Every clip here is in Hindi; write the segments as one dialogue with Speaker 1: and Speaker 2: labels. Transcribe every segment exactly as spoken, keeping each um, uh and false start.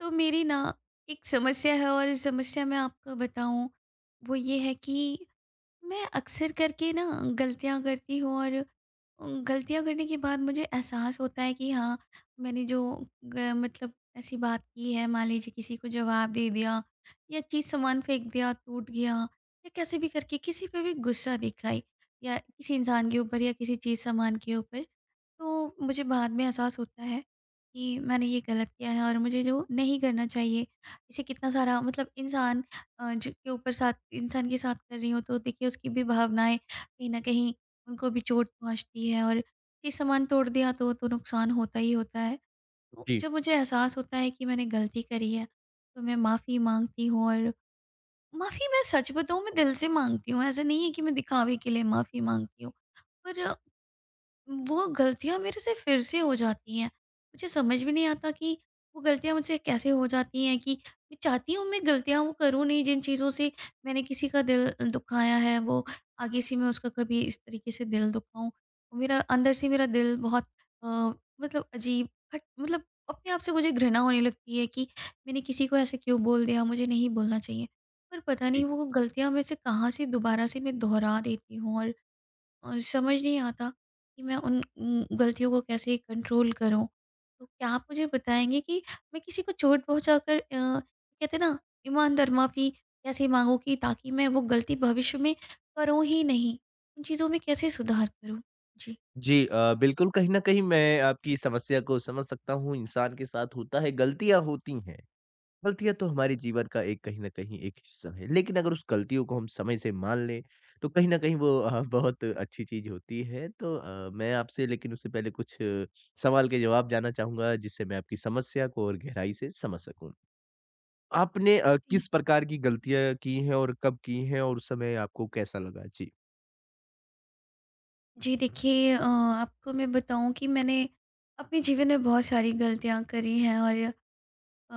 Speaker 1: तो मेरी ना एक समस्या है और इस समस्या मैं आपको बताऊं वो ये है कि मैं अक्सर करके ना गलतियां करती हूँ और उन गलतियां करने के बाद मुझे एहसास होता है कि हाँ मैंने जो ग- मतलब ऐसी बात की है। मान लीजिए किसी को जवाब दे दिया या चीज़ सामान फेंक दिया टूट गया या कैसे भी करके किसी पे भी गुस्सा दिखाई या किसी इंसान के ऊपर या किसी चीज़ सामान के ऊपर। तो मुझे बाद में एहसास होता है कि मैंने ये गलत किया है और मुझे जो नहीं करना चाहिए। इसे कितना सारा मतलब इंसान अ, जो के ऊपर साथ इंसान के साथ कर रही हो तो देखिए उसकी भी भावनाएं कहीं ना कहीं उनको भी चोट पहुंचती है और ये सामान तोड़ दिया तो तो नुकसान होता ही होता है। तो
Speaker 2: जी।
Speaker 1: जब मुझे एहसास होता है कि मैंने गलती करी है तो मैं माफ़ी मांगती हूँ और माफ़ी मैं सच बताऊँ मैं दिल से मांगती हूँ, ऐसा नहीं है कि मैं दिखावे के लिए माफ़ी मांगती हूँ। पर वो गलतियाँ मेरे से फिर से हो जाती हैं। मुझे समझ में नहीं आता कि वो गलतियाँ मुझसे कैसे हो जाती हैं, कि मैं चाहती हूँ मैं गलतियाँ वो करूँ नहीं, जिन चीज़ों से मैंने किसी का दिल दुखाया है वो आगे से मैं उसका कभी इस तरीके से दिल दुखाऊँ। मेरा अंदर से मेरा दिल बहुत अ, मतलब अजीब खट मतलब अपने आप से मुझे घृणा होने लगती है कि मैंने किसी को ऐसे क्यों बोल दिया, मुझे नहीं बोलना चाहिए। पर पता
Speaker 2: जी।
Speaker 1: नहीं वो गलतियाँ मेरे से कहाँ से दोबारा से मैं दोहरा देती हूँ, और और समझ नहीं आता कि मैं उन उम, गलतियों को कैसे कंट्रोल करूँ। तो क्या आप मुझे बताएँगे कि मैं किसी को चोट पहुँचाकर अ, कहते हैं ना, ईमानदार माफ़ी कैसे माँगूँ कि ताकि मैं वो गलती भविष्य में करूँ ही नहीं? उन चीज़ों में कैसे सुधार करूँ? जी।
Speaker 2: जी अ, बिल्कुल, कहीं न कहीं मैं आपकी समस्या को समझ सकता हूँ, इंसान के साथ होता है, गलतियाँ होती हैं। गलतियाँ तो हमारे जीवन का एक कहीं न कहीं एक हिस्सा है, लेकिन अगर उस गलतियों को हम समय से मान लें, तो कहीं न कहीं वो अ, बहुत अच्छी चीज़ होती है। तो अ, मैं आपसे लेकिन उससे पहले कुछ अ, सवाल के जवाब जानना चाहूँगा, जिससे मैं आपकी समस्या को और गहराई से समझ सकूँ। आपने अ,
Speaker 1: जी।
Speaker 2: किस प्रकार की गलतियाँ की हैं और कब की हैं और उस समय आपको कैसा लगा? जी।
Speaker 1: जी, देखिए अ, आपको मैं बताऊँ कि मैंने अपने जीवन में बहुत सारी गलतियाँ करी हैं, और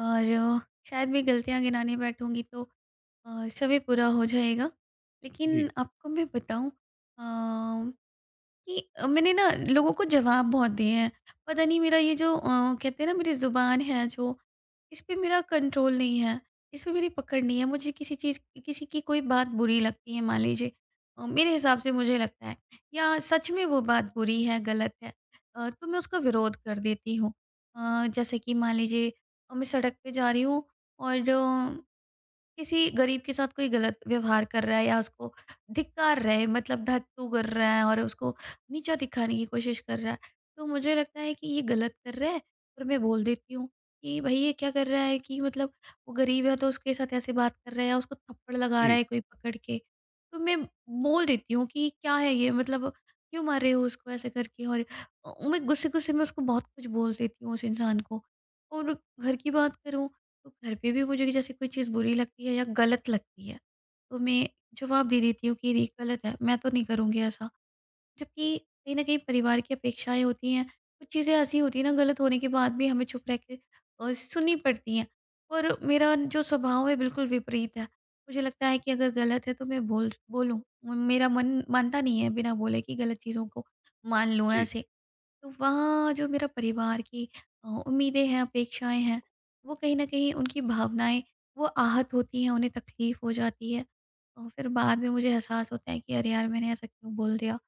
Speaker 1: और अ, शायद मैं गलतियाँ गिनाने बैठूँगी तो अ, समय पूरा हो जाएगा।
Speaker 2: जी।
Speaker 1: लेकिन आपको मैं बताऊँ अ, कि अ, मैंने ना लोगों को जवाब बहुत दिए हैं। पता नहीं मेरा ये जो अ, कहते हैं ना, मेरी ज़ुबान है जो, इस पे मेरा कंट्रोल नहीं है। इस पे मेरी पकड़ नहीं है। मुझे किसी चीज़ किसी की कोई बात बुरी लगती है, मान लीजिए अ, मेरे हिसाब से मुझे लगता है या सच में वो बात बुरी है, गलत है, अ, तो मैं उसका विरोध कर देती हूँ। अ, जैसे कि मान लीजिए अ, मैं सड़क पे जा रही हूँ और किसी गरीब के साथ कोई गलत व्यवहार कर रहा है या उसको धिक्कार रहा है मतलब धत्तू कर रहा है और उसको नीचा दिखाने की कोशिश कर रहा है, तो मुझे लगता है कि ये गलत कर रहा है और मैं बोल देती हूँ कि भाई ये क्या कर रहा है, कि मतलब वो गरीब है तो उसके साथ ऐसे बात कर रहा है या उसको थप्पड़ लगा रहा
Speaker 2: जी।
Speaker 1: है कोई पकड़ के। तो मैं बोल देती हूँ कि क्या है ये, मतलब क्यों मार रहे हो उसको ऐसे करके, और अ, मैं गुस्से गुस्से में उसको बहुत कुछ बोल देती हूँ उस इंसान को। और घर की बात करूँ तो घर पे भी मुझे जैसे कोई चीज़ बुरी लगती है या गलत लगती है, तो मैं जवाब दे देती हूँ कि ये गलत है मैं तो नहीं करूँगी ऐसा। जबकि कहीं न कहीं परिवार की अपेक्षाएँ होती हैं, कुछ चीज़ें ऐसी होती हैं ना गलत होने के बाद भी हमें चुप रह के अ, सुननी पड़ती हैं। और मेरा जो स्वभाव है बिल्कुल विपरीत है। मुझे लगता है कि अगर गलत है तो मैं बोल बोलूँ। मेरा मन मानता नहीं है बिना बोले कि गलत चीज़ों को मान लूँ
Speaker 2: जी।
Speaker 1: ऐसे। तो वहाँ जो मेरा परिवार की अ, उम्मीदें हैं, अपेक्षाएँ हैं, वो कहीं न कहीं उनकी भावनाएँ वो आहत होती हैं, उन्हें तकलीफ़ हो जाती है। और फिर बाद में मुझे एहसास होता है कि अरे यार! मैंने ऐसा क्यों बोल दिया?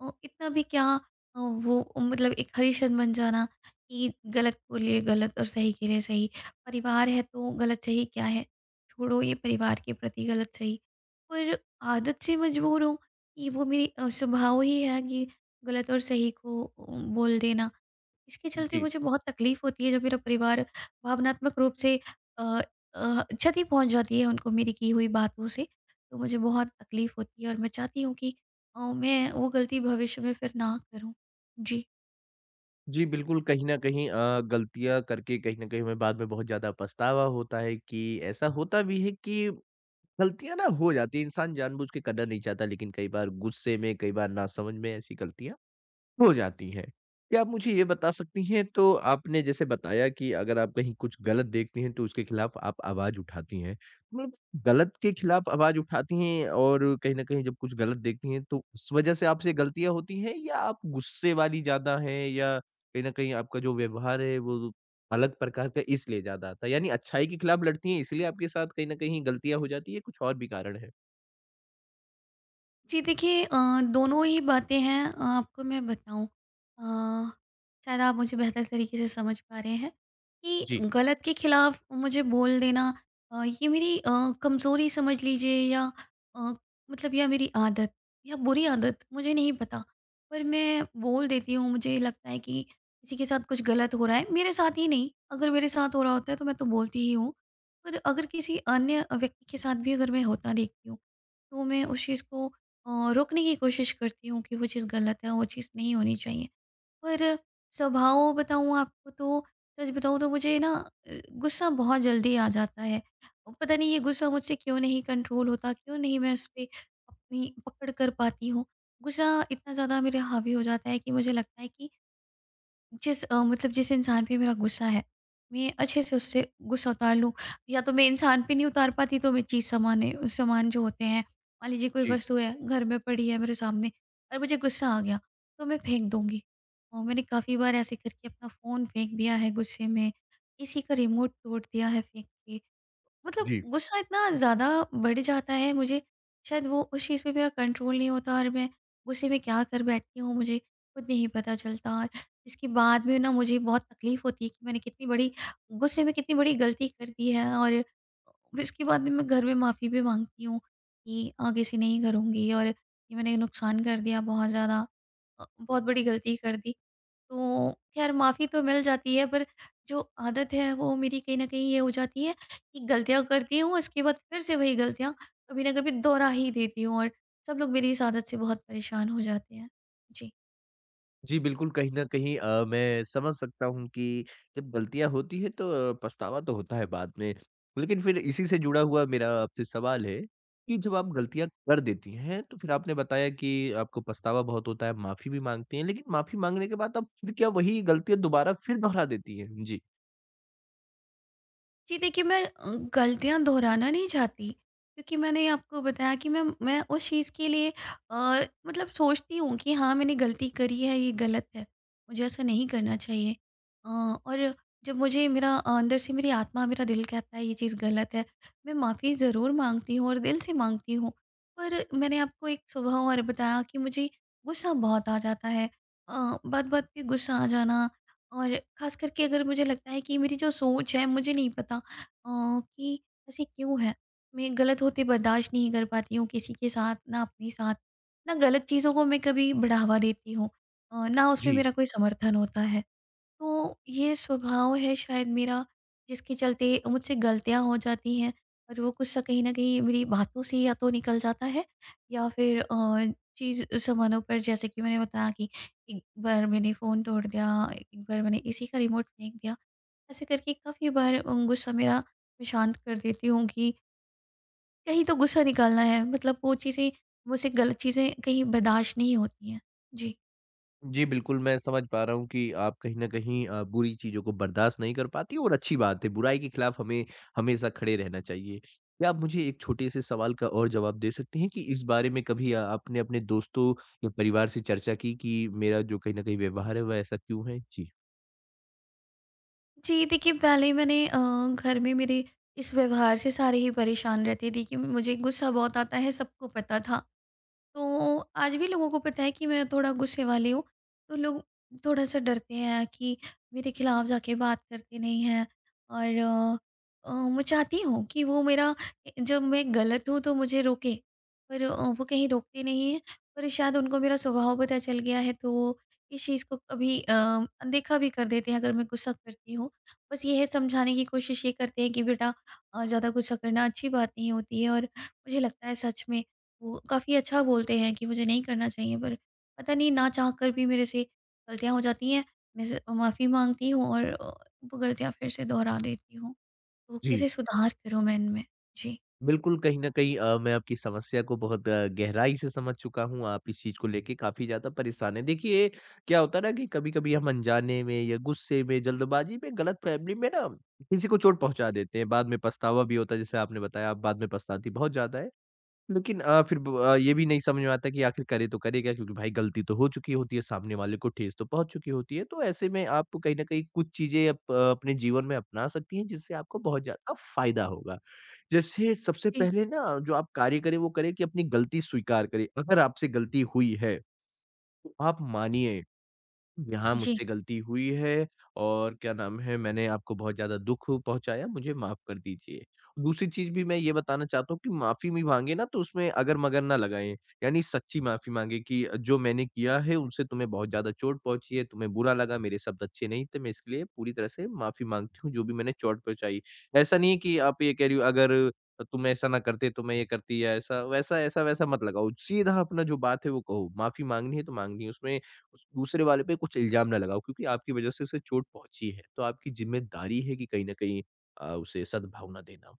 Speaker 1: अ, इतना भी क्या अ, वो मतलब एक हरीशन बन जाना, कि गलत के लिए गलत और सही के लिए सही। परिवार है तो गलत सही क्या है? छोड़ो ये परिवार के प्रति गलत सही। पर आदत से मजबूर हूँ कि वो मेरी अ, स्वभाव ही है कि गलत और सही को अ, बोल देना। इसके चलते
Speaker 2: जी।
Speaker 1: मुझे बहुत तकलीफ होती है जब मेरा परिवार भावनात्मक रूप से अ अ, क्षति पहुँच जाती है उनको मेरी की हुई बातों से। तो मुझे बहुत तकलीफ होती है और मैं चाहती हूँ कि अ, मैं वो गलती भविष्य में फिर ना करूँ। जी।
Speaker 2: जी, बिल्कुल, कहीं न कहीं अ, गलतियाँ करके कहीं न कहीं हमें बाद में बहुत ज़्यादा पछतावा होता है कि ऐसा होता भी है कि गलतियाँ ना हो जाती हैं, इंसान जानबूझ के करना नहीं चाहता, लेकिन कई बार गुस्से में, कई बार नासमझ में ऐसी गलतियाँ हो जाती है। क्या आप मुझे ये बता सकती हैं तो आपने जैसे बताया कि अगर आप कहीं कुछ गलत देखती हैं तो उसके खिलाफ आप आवाज़ उठाती हैं। मतलब गलत के खिलाफ आवाज़ उठाती हैं और कहीं न कहीं जब कुछ गलत देखती हैं तो उस वज़ह से आपसे गलतियाँ होती हैं या आप गुस्से वाली ज़्यादा हैं या कहीं न कहीं आपका जो व्यवहार है वो अलग प्रकार का इसलिए ज़्यादा आता है? यानी अच्छाई के खिलाफ लड़ती हैं इसलिए आपके साथ कहीं न कहीं गलतियाँ हो जाती हैं, कुछ और भी कारण है?
Speaker 1: जी देखिए अ, दोनों ही बातें हैं, अ, आपको मैं बताऊं अ, शायद आप मुझे बेहतर तरीके से समझ पा रहे हैं कि
Speaker 2: जी।
Speaker 1: गलत के खिलाफ मुझे बोल देना अ, ये मेरी अ, कमजोरी समझ लीजिए या अ, मतलब या मेरी आदत या बुरी आदत मुझे नहीं पता, पर मैं बोल देती हूँ। मुझे लगता है कि किसी के साथ कुछ गलत हो रहा है, मेरे साथ ही नहीं, अगर मेरे साथ हो रहा होता है तो मैं तो बोलती ही हूँ, पर अगर किसी अन्य व्यक्ति के साथ भी अगर मैं होता देखती हूँ तो मैं उस चीज़ को अ, रोकने की कोशिश करती हूँ कि वो चीज़ गलत है, वो चीज़ नहीं होनी चाहिए। पर स्वभाव बताऊँ आपको तो सच बताऊँ तो मुझे ना अ, गुस्सा बहुत जल्दी आ जाता है। अ, पता नहीं ये गुस्सा मुझसे क्यों नहीं कंट्रोल होता, क्यों नहीं मैं इस पे अपनी पकड़ कर पाती हूँ। गुस्सा इतना ज़्यादा मेरे हावी हो जाता है कि मुझे लगता है कि जिस अ, मतलब जिस इंसान पे मेरा गुस्सा है, मैं अच्छे से उससे गुस्सा उतार लूँ, या तो मैं इंसान पे नहीं उतार पाती तो मैं चीज़ सामाने सामान जो होते हैं, मान लीजिए कोई
Speaker 2: जी।
Speaker 1: वस्तु है घर में पड़ी है मेरे सामने और मुझे गुस्सा आ गया, तो मैं फेंक दूँगी। और मैंने काफ़ी बार ऐसे करके अपना फ़ोन फेंक दिया है गुस्से में, किसी का रिमोट तोड़ दिया है फेंक के। मतलब
Speaker 2: जी।
Speaker 1: गुस्सा इतना ज़्यादा बढ़ जाता है मुझे, शायद वो उस चीज़ पे मेरा कंट्रोल नहीं होता और मैं गुस्से में क्या कर बैठती हूँ मुझे खुद नहीं पता चलता। इसके बाद में ना मुझे बहुत तकलीफ होती है कि मैंने कितनी बड़ी गुस्से में कितनी बड़ी गलती कर दी है, और इसके बाद में मैं घर में माफ़ी भी मांगती हूँ कि आगे से नहीं करूँगी और ये मैंने नुकसान कर दिया बहुत ज़्यादा, अ, बहुत बड़ी गलती कर दी। तो खैर माफ़ी तो मिल जाती है, पर जो आदत है वो मेरी कहीं न कहीं ये हो जाती है कि गलतियाँ करती हूँ उसके बाद फिर से वही गलतियाँ कभी ना कभी दोहरा ही देती हूँ, और सब लोग मेरी इस आदत से बहुत परेशान हो जाते हैं। जी।
Speaker 2: जी, बिल्कुल, कहीं न कहीं अ, मैं समझ सकता हूँ कि जब गलतियाँ होती हैं तो अ, पछतावा तो होता है बाद में। लेकिन फिर इसी से जुड़ा हुआ मेरा आपसे सवाल है कि जब आप गलतियाँ कर देती हैं, तो फिर आपने बताया कि आपको पछतावा बहुत होता है, माफ़ी भी माँगती हैं, लेकिन माफ़ी माँगने के बाद आप फिर क्या वही गलतियाँ दोबारा फिर दोहरा देती हैं? जी।
Speaker 1: जी देखिए मैं अ, गलतियाँ दोहराना नहीं चाहती, क्योंकि मैंने आपको बताया कि मैं मैं उस चीज़ के लिए अ, मतलब सोचती हूँ कि हाँ मैंने गलती करी है, ये गलत है, मुझे ऐसा नहीं करना चाहिए। अ, और जब मुझे मेरा अ, अंदर से मेरी आत्मा मेरा दिल कहता है ये चीज़ गलत है, मैं माफ़ी ज़रूर मांगती हूँ और दिल से मांगती हूँ। पर मैंने आपको एक सुबह और बताया कि मुझे गुस्सा बहुत आ जाता है, बात बात पे गुस्सा आ जाना, और ख़ास करके अगर मुझे लगता है कि मेरी जो सोच है, मुझे नहीं पता अ, कि ऐसे क्यों है? मैं गलत होते बर्दाश्त नहीं कर पाती हूँ, किसी के साथ, ना अपने साथ, ना गलत चीज़ों को मैं कभी बढ़ावा देती हूँ, अ, ना उसमें
Speaker 2: जी।
Speaker 1: मेरा कोई समर्थन होता है। तो ये स्वभाव है शायद मेरा, जिसके चलते मुझसे गलतियाँ हो जाती हैं, और वो गुस्सा कहीं न कहीं मेरी बातों से या तो निकल जाता है या फिर अ, चीज़ सामानों पर, जैसे कि मैंने बताया कि एक बार मैंने फ़ोन तोड़ दिया, एक बार मैंने एसी का रिमोट फेंक दिया। ऐसे करके काफ़ी बार अ, गुस्सा मेरा मैं शांत कर देती हूँ कि कहीं तो गुस्सा निकालना है, मतलब वो चीज़ें मुझसे गलत चीज़ें कहीं बर्दाश्त नहीं होती हैं। जी।
Speaker 2: जी, बिल्कुल, मैं समझ पा रहा हूँ कि आप कहीं न कहीं अ, बुरी चीज़ों को बर्दाश्त नहीं कर पाती और अच्छी बात है, बुराई के खिलाफ हमें हमेशा खड़े रहना चाहिए। क्या आप मुझे एक छोटे-से सवाल का और जवाब दे सकते हैं कि इस बारे में कभी अ, आपने अपने दोस्तों या परिवार से चर्चा की कि मेरा जो कहीं न कहीं व्यवहार है, वह ऐसा क्यों है? जी।
Speaker 1: जी, देखिए पहले मैंने अ, घर में मेरे इस व्यवहार से सारे ही परेशान रहते थे कि मुझे गुस्सा बहुत आता है, सबको पता था। तो आज भी लोगों को पता है कि मैं थोड़ा गुस्से वाली हूँ, तो लोग थोड़ा-सा डरते हैं कि मेरे खिलाफ जाके बात करते नहीं हैं, और अ, अ, मैं चाहती हूँ कि वो मेरा जब मैं गलत हूँ तो मुझे रोकें, पर अ, वो कहीं रोकते नहीं हैं, पर शायद उनको मेरा स्वभाव पता चल गया है तो वो इस चीज़ को कभी अ, अनदेखा भी कर देते हैं अगर मैं गुस्सा करती हूँ। बस ये है, समझाने की कोशिश ये करते हैं कि बेटा अ, ज़्यादा गुस्सा करना अच्छी बात नहीं होती है, और मुझे लगता है सच में वो काफ़ी अच्छा बोलते हैं कि मुझे नहीं करना चाहिए, पर पता नहीं ना चाहकर भी मेरे से गलतियाँ हो जाती हैं। मैं ज़ माफ़ी माँगती हूँ और अ, वो गलतियाँ फिर से दोहरा देती हूँ। तो
Speaker 2: जी।
Speaker 1: कैसे सुधार करूँ मैं इनमें? जी।
Speaker 2: बिल्कुल, कहीं न कहीं अ, मैं आपकी समस्या को बहुत अ, गहराई से समझ चुका हूँ। आप इस चीज़ को लेके काफ़ी ज़्यादा परेशान हैं। देखिए, क्या होता है ना कि कभी-कभी हम अनजाने में या गुस्से में, जल्दबाज़ी में, गलतफ़हमी में ना किसी को चोट पहुँचा देते हैं। बाद में पछतावा भी होता है, जैसे आपने बताया, आप बाद में पछताती बहुत ज़्यादा हैं। लेकिन अ, फिर ब अ, ये भी नहीं समझ में आता कि आखिर करे तो करे क्या? क्योंकि भाई गलती तो हो चुकी होती है, सामने वाले को ठेस तो पहुँच चुकी होती है। तो ऐसे में आप कहीं न कहीं कुछ चीज़ें अप अपने जीवन में अपना सकती हैं, जिससे आपको बहुत ज़्यादा फ़ायदा होगा। जैसे सबसे
Speaker 1: जी,
Speaker 2: पहले ना जो आप कार्य करें, वो करें कि अपनी गलती स्वीकार करें। अगर आपसे गलती हुई है, तो आप मानिए। यहाँ
Speaker 1: जी,
Speaker 2: मुझसे गलती हुई है और क्या नाम है मैंने आपको बहुत ज़्यादा दुःख पहुँचाया, मुझे माफ़ कर दीजिए। दूसरी चीज़ भी मैं ये बताना चाहता हूँ कि माफ़ी भी माँगे ना तो उसमें अगर-मगर ना लगाएँ, यानी सच्ची माफ़ी माँगे कि जो मैंने किया है उनसे तुम्हें बहुत ज़्यादा चोट पहुँची है, तुम्हें बुरा लगा, मेरे शब्द अच्छे नहीं थे, मैं इसके लिए पूरी तरह से माफ़ी माँगती हूँ जो भी मैंने चोट पहुँचाई। ऐसा नहीं है कि आप ये कह रही हो अगर तुम ऐसा ना करते तो मैं ये करती या ऐसा वैसा, ऐसा वैसा मत लगाओ, सीधा अपना जो बात है वो कहो, माफ़ी माँगनी है तो माँगनी है उसमें उस दूसरे वाले पे कुछ इल्ज़ाम ना लगाओ क्योंकि आपकी वज़ह से उसे चोट पहुँची है। तो आपकी ज़िम्मेदारी है कि कहीं न कहीं अ, उसे सद्भावना देना।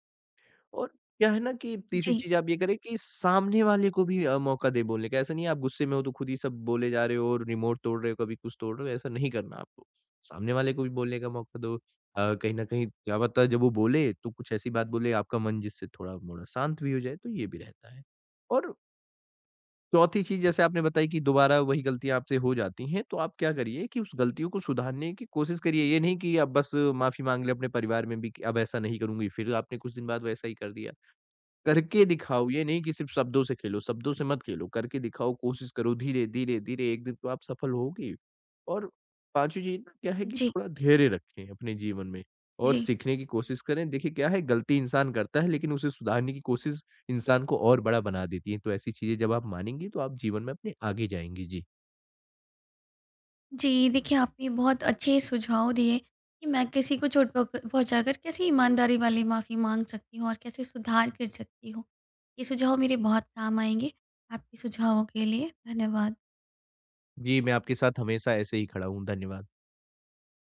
Speaker 2: और क्या है ना कि तीसरी
Speaker 1: जी,
Speaker 2: चीज़ आप ये करें कि सामने वाले को भी अ, मौका दें बोलने का। ऐसा नहीं है आप गुस्से में हो तो खुद ही सब बोले जा रहे हो और रिमोट तोड़ रहे हो, कभी कुछ तोड़ रहे हो, ऐसा नहीं करना आपको। सामने वाले को भी बोलने का मौका दो। अ, कहीं न कहीं क्या पता जब वो बोले तो कुछ ऐसी बात बोले आपका मन जिससे थोड़ा-मोड़ा शांत भी हो जाए, तो ये भी रहता है। और चौथी चीज़ जैसे आपने बताई कि दोबारा वही गलतियाँ आपसे हो जाती हैं, तो आप क्या करिए कि उस गलतियों को सुधारने की कोशिश करिए। ये नहीं कि आप बस माफ़ी माँग लें अपने परिवार में भी कि अब ऐसा नहीं करूँगी, फिर आपने कुछ दिन बाद वैसा ही कर दिया। करके दिखाओ, ये नहीं कि सिर्फ शब्दों से खेलो, शब्दों से मत खेलो, करके दिखाओ, कोशिश करो धीरे, धीरे, धीरे, एक दिन तो आप सफल होगे। और पाँचवीं चीज़ ना क्या है कि
Speaker 1: जी,
Speaker 2: थोड़ा धैर्य रखें अपने जीवन में और
Speaker 1: जी,
Speaker 2: सीखने की कोशिश करें। देखिए क्या है गलती इंसान करता है लेकिन उसे सुधारने की कोशिश इंसान को और बड़ा बना देती है। तो ऐसी चीज़ें जब आप मानेंगी तो आप जीवन में अपने आगे जाएँगी। जी।
Speaker 1: जी। देखिए आपने बहुत अच्छे सुझाव दिए कि मैं किसी को चोट पक पहुँचाकर कैसे ईमानदारी वाली माफ़ी माँग सकती हूँ और कैसे सुधार कर सकती हूँ। ये सुझाव मेरे बहुत काम आएँगे। आपके सुझावों के लिए धन्यवाद।
Speaker 2: जी, मैं आपके साथ हमेशा ऐसे ही खड़ा हूँ। धन्यवाद।